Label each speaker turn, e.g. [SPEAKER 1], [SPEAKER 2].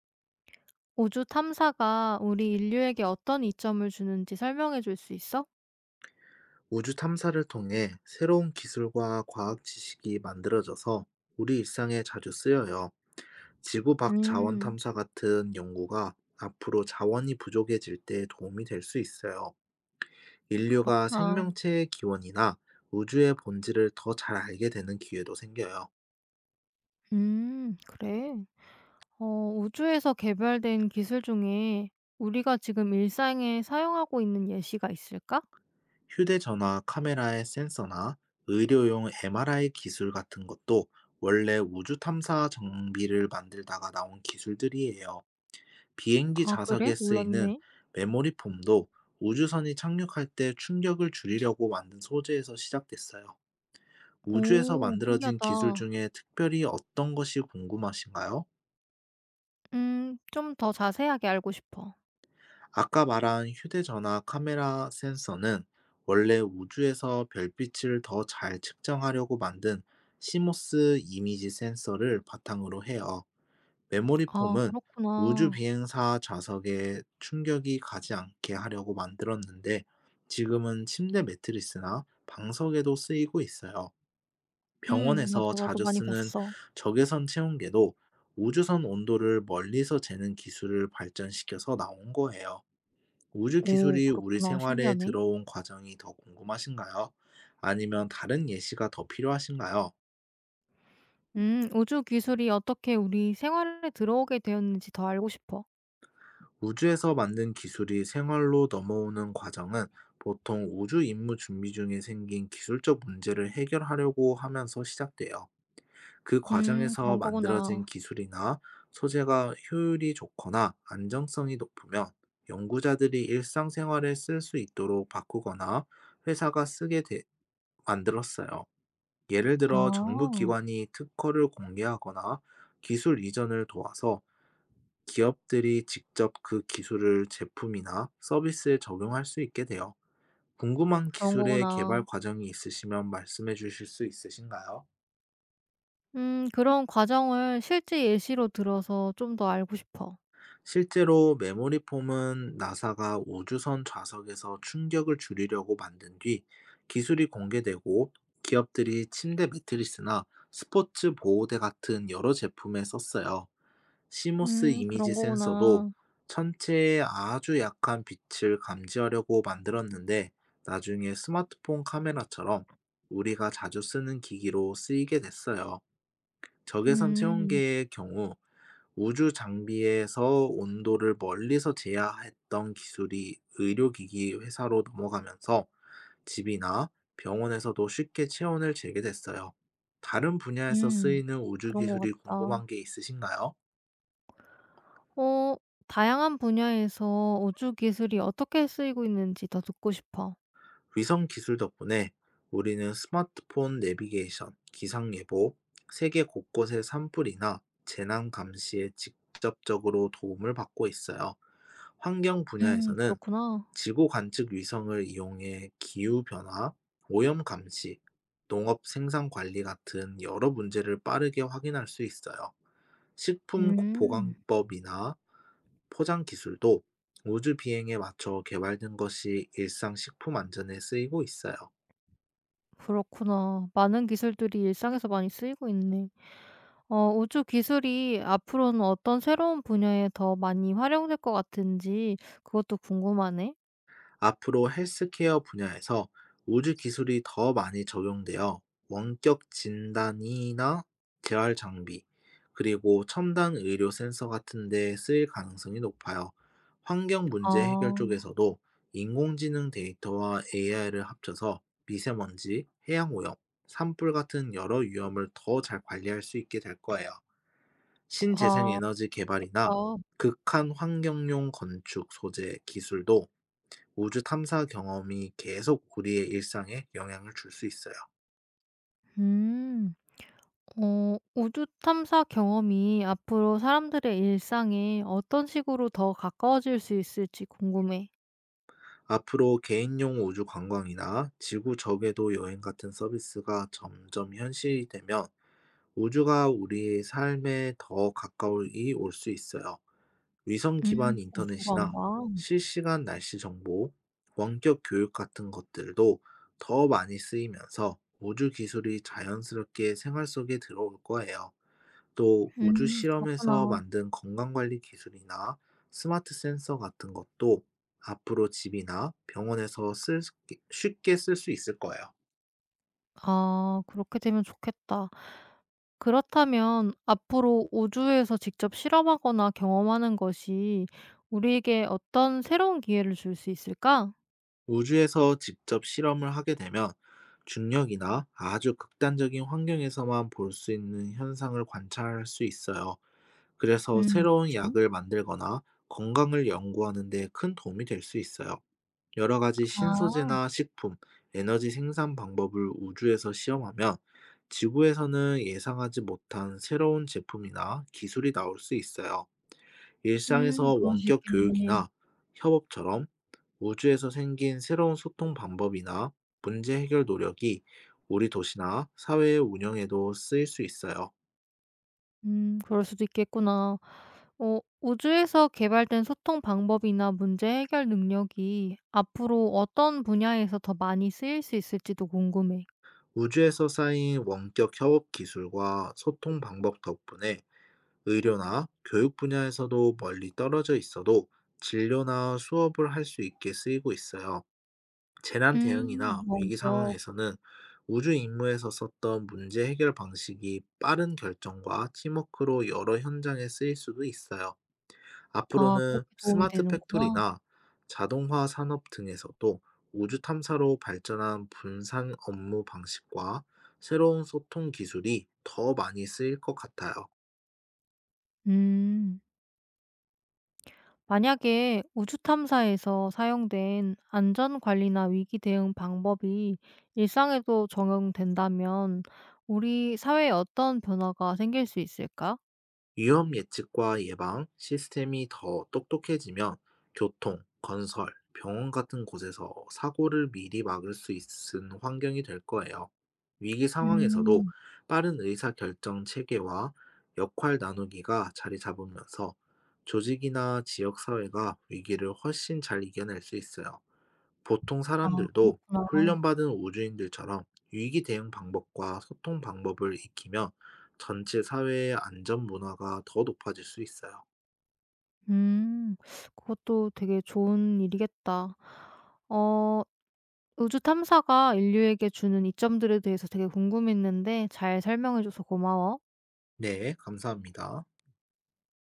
[SPEAKER 1] 우주 탐사가 우리 인류에게 어떤 이점을 주는지 설명해 줄 수 있어?
[SPEAKER 2] 우주 탐사를 통해 새로운 기술과 과학 지식이 만들어져서 우리 일상에 자주 쓰여요. 지구 밖 자원
[SPEAKER 1] 음,
[SPEAKER 2] 탐사 같은 연구가 앞으로 자원이 부족해질 때 도움이 될 수 있어요. 인류가
[SPEAKER 1] 그렇구나.
[SPEAKER 2] 생명체의 기원이나 우주의 본질을 더 잘 알게 되는 기회도 생겨요.
[SPEAKER 1] 그래. 어, 우주에서 개발된 기술 중에 우리가 지금 일상에 사용하고 있는 예시가 있을까?
[SPEAKER 2] 휴대전화 카메라의 센서나 의료용 MRI 기술 같은 것도 원래 우주 탐사 장비를 만들다가 나온 기술들이에요. 비행기
[SPEAKER 1] 아, 그래?
[SPEAKER 2] 좌석에 쓰이는
[SPEAKER 1] 몰랐네.
[SPEAKER 2] 메모리 폼도 우주선이 착륙할 때 충격을 줄이려고 만든 소재에서 시작됐어요. 우주에서
[SPEAKER 1] 오,
[SPEAKER 2] 만들어진 기술
[SPEAKER 1] 신기하다.
[SPEAKER 2] 중에 특별히 어떤 것이 궁금하신가요?
[SPEAKER 1] 좀 더 자세하게 알고 싶어.
[SPEAKER 2] 아까 말한 휴대전화 카메라 센서는 원래 우주에서 별빛을 더 잘 측정하려고 만든 시모스 이미지 센서를 바탕으로 해요. 메모리
[SPEAKER 1] 아,
[SPEAKER 2] 폼은 우주
[SPEAKER 1] 그렇구나.
[SPEAKER 2] 비행사 좌석에 충격이 가지 않게 하려고 만들었는데, 지금은 침대 매트리스나 방석에도 쓰이고 있어요. 병원에서
[SPEAKER 1] 맞아. 나도
[SPEAKER 2] 자주
[SPEAKER 1] 많이
[SPEAKER 2] 쓰는
[SPEAKER 1] 봤어.
[SPEAKER 2] 적외선 체온계도 우주선 온도를 멀리서 재는 기술을 발전시켜서 나온 거예요. 우주
[SPEAKER 1] 오,
[SPEAKER 2] 기술이 우리
[SPEAKER 1] 그렇구나.
[SPEAKER 2] 생활에
[SPEAKER 1] 신기하네.
[SPEAKER 2] 들어온 과정이 더 궁금하신가요? 아니면 다른 예시가 더 필요하신가요?
[SPEAKER 1] 음. 우주 기술이 어떻게 우리 생활에 들어오게 되었는지 더 알고 싶어.
[SPEAKER 2] 우주에서 만든 기술이 생활로 넘어오는 과정은 보통 우주 임무 준비 중에 생긴 기술적 문제를 해결하려고 하면서 시작돼요. 그
[SPEAKER 1] 음.
[SPEAKER 2] 과정에서
[SPEAKER 1] 그런
[SPEAKER 2] 만들어진
[SPEAKER 1] 거구나.
[SPEAKER 2] 기술이나 소재가 효율이 좋거나 안정성이 높으면 연구자들이 일상생활에 쓸 수 있도록 바꾸거나 회사가 만들었어요. 예를 들어 정부
[SPEAKER 1] 아.
[SPEAKER 2] 기관이 특허를 공개하거나 기술 이전을 도와서 기업들이 직접 그 기술을 제품이나 서비스에 적용할 수 있게 돼요. 궁금한
[SPEAKER 1] 그런
[SPEAKER 2] 기술의
[SPEAKER 1] 거구나.
[SPEAKER 2] 개발 과정이 있으시면 말씀해 주실 수 있으신가요?
[SPEAKER 1] 음. 그런 과정을 실제 예시로 들어서 좀 더 알고 싶어.
[SPEAKER 2] 실제로 메모리 폼은 나사가 우주선 좌석에서 충격을 줄이려고 만든 뒤 기술이 공개되고 기업들이 침대 매트리스나 스포츠 보호대 같은 여러 제품에 썼어요. 시모스
[SPEAKER 1] 음.
[SPEAKER 2] 이미지
[SPEAKER 1] 그런
[SPEAKER 2] 센서도
[SPEAKER 1] 거구나.
[SPEAKER 2] 천체에 아주 약한 빛을 감지하려고 만들었는데, 나중에 스마트폰 카메라처럼 우리가 자주 쓰는 기기로 쓰이게 됐어요. 적외선
[SPEAKER 1] 음.
[SPEAKER 2] 체온계의 경우 우주 장비에서 온도를 멀리서 제어했던 기술이 의료기기 회사로 넘어가면서 집이나 병원에서도 쉽게 체온을 재게 됐어요. 다른 분야에서
[SPEAKER 1] 음.
[SPEAKER 2] 쓰이는 우주
[SPEAKER 1] 그런 거
[SPEAKER 2] 기술이 궁금한
[SPEAKER 1] 같다.
[SPEAKER 2] 게 있으신가요?
[SPEAKER 1] 어 다양한 분야에서 우주 기술이 어떻게 쓰이고 있는지 더 듣고 싶어.
[SPEAKER 2] 위성 기술 덕분에 우리는 스마트폰 내비게이션, 기상 예보, 세계 곳곳의 산불이나 재난 감시에 직접적으로 도움을 받고 있어요. 환경
[SPEAKER 1] 음.
[SPEAKER 2] 분야에서는
[SPEAKER 1] 그렇구나.
[SPEAKER 2] 지구 관측 위성을 이용해 기후 변화, 오염 감시, 농업 생산 관리 같은 여러 문제를 빠르게 확인할 수 있어요. 식품
[SPEAKER 1] 음.
[SPEAKER 2] 보관법이나 포장 기술도 우주 비행에 맞춰 개발된 것이 일상 식품 안전에 쓰이고 있어요.
[SPEAKER 1] 그렇구나. 많은 기술들이 일상에서 많이 쓰이고 있네. 우주 기술이 앞으로는 어떤 새로운 분야에 더 많이 활용될 것 같은지 그것도 궁금하네.
[SPEAKER 2] 앞으로 헬스케어 분야에서 우주 기술이 더 많이 적용되어 원격 진단이나 재활 장비, 그리고 첨단 의료 센서 같은 데 쓰일 가능성이 높아요. 환경 문제 해결
[SPEAKER 1] 아,
[SPEAKER 2] 쪽에서도 인공지능 데이터와 AI를 합쳐서 미세먼지, 해양 오염, 산불 같은 여러 위험을 더 잘 관리할 수 있게 될 거예요. 신재생
[SPEAKER 1] 와,
[SPEAKER 2] 에너지
[SPEAKER 1] 그것도
[SPEAKER 2] 개발이나
[SPEAKER 1] 좋겠다.
[SPEAKER 2] 극한 환경용 건축 소재 기술도 우주 탐사 경험이 계속 우리의 일상에 영향을 줄 수 있어요.
[SPEAKER 1] 음, 우주 탐사 경험이 앞으로 사람들의 일상에 어떤 식으로 더 가까워질 수 있을지 궁금해.
[SPEAKER 2] 앞으로 개인용 우주 관광이나 지구 저궤도 여행 같은 서비스가 점점 현실이 되면 우주가 우리의 삶에 더 가까이 올 수 있어요. 위성 기반 인터넷이나
[SPEAKER 1] 우주관광.
[SPEAKER 2] 실시간 날씨 정보, 원격 교육 같은 것들도 더 많이 쓰이면서 우주 기술이 자연스럽게 생활 속에 들어올 거예요. 또 우주 실험에서
[SPEAKER 1] 그렇구나.
[SPEAKER 2] 만든 건강관리 기술이나 스마트 센서 같은 것도 앞으로 집이나 병원에서 쉽게 쓸 수 있을 거예요.
[SPEAKER 1] 아, 그렇게 되면 좋겠다. 그렇다면 앞으로 우주에서 직접 실험하거나 경험하는 것이 우리에게 어떤 새로운 기회를 줄 수 있을까?
[SPEAKER 2] 우주에서 직접 실험을 하게 되면 중력이나 아주 극단적인 환경에서만 볼 수 있는 현상을 관찰할 수 있어요. 그래서 새로운
[SPEAKER 1] 그치.
[SPEAKER 2] 약을 만들거나 건강을 연구하는 데 큰 도움이 될 수 있어요. 여러 가지
[SPEAKER 1] 아.
[SPEAKER 2] 신소재나 식품, 에너지 생산 방법을 우주에서 시험하면 지구에서는 예상하지 못한 새로운 제품이나 기술이 나올 수 있어요. 일상에서
[SPEAKER 1] 그럴 수
[SPEAKER 2] 원격
[SPEAKER 1] 있겠네.
[SPEAKER 2] 교육이나 협업처럼 우주에서 생긴 새로운 소통 방법이나 문제 해결 노력이 우리 도시나 사회의 운영에도 쓰일 수 있어요.
[SPEAKER 1] 그럴 수도 있겠구나. 우주에서 개발된 소통 방법이나 문제 해결 능력이 앞으로 어떤 분야에서 더 많이 쓰일 수 있을지도 궁금해.
[SPEAKER 2] 우주에서 쌓인 원격 협업 기술과 소통 방법 덕분에 의료나 교육 분야에서도 멀리 떨어져 있어도 진료나 수업을 할 수 있게 쓰이고 있어요. 재난 대응이나 위기
[SPEAKER 1] 원격.
[SPEAKER 2] 상황에서는 우주 임무에서 썼던 문제 해결 방식이 빠른 결정과 팀워크로 여러 현장에 쓰일 수도 있어요.
[SPEAKER 1] 아,
[SPEAKER 2] 앞으로는
[SPEAKER 1] 그렇게 도움이
[SPEAKER 2] 스마트
[SPEAKER 1] 되는구나.
[SPEAKER 2] 팩토리나 자동화 산업 등에서도 우주 탐사로 발전한 분산 업무 방식과 새로운 소통 기술이 더 많이 쓰일 것 같아요.
[SPEAKER 1] 음. 만약에 우주 탐사에서 사용된 안전 관리나 위기 대응 방법이 일상에도 적용된다면 우리 사회에 어떤 변화가 생길 수 있을까?
[SPEAKER 2] 위험 예측과 예방 시스템이 더 똑똑해지면 교통, 건설, 병원 같은 곳에서 사고를 미리 막을 수 있는 환경이 될 거예요. 위기 상황에서도
[SPEAKER 1] 음.
[SPEAKER 2] 빠른 의사 결정 체계와 역할 나누기가 자리 잡으면서 조직이나 지역 사회가 위기를 훨씬 잘 이겨낼 수 있어요. 보통
[SPEAKER 1] 아,
[SPEAKER 2] 사람들도
[SPEAKER 1] 그렇구나.
[SPEAKER 2] 훈련받은 우주인들처럼 위기 대응 방법과 소통 방법을 익히면 전체 사회의 안전 문화가 더 높아질 수 있어요.
[SPEAKER 1] 음, 그것도 되게 좋은 일이겠다. 어, 우주 탐사가 인류에게 주는 이점들에 대해서 되게 궁금했는데 잘 설명해줘서 고마워.
[SPEAKER 2] 네, 감사합니다.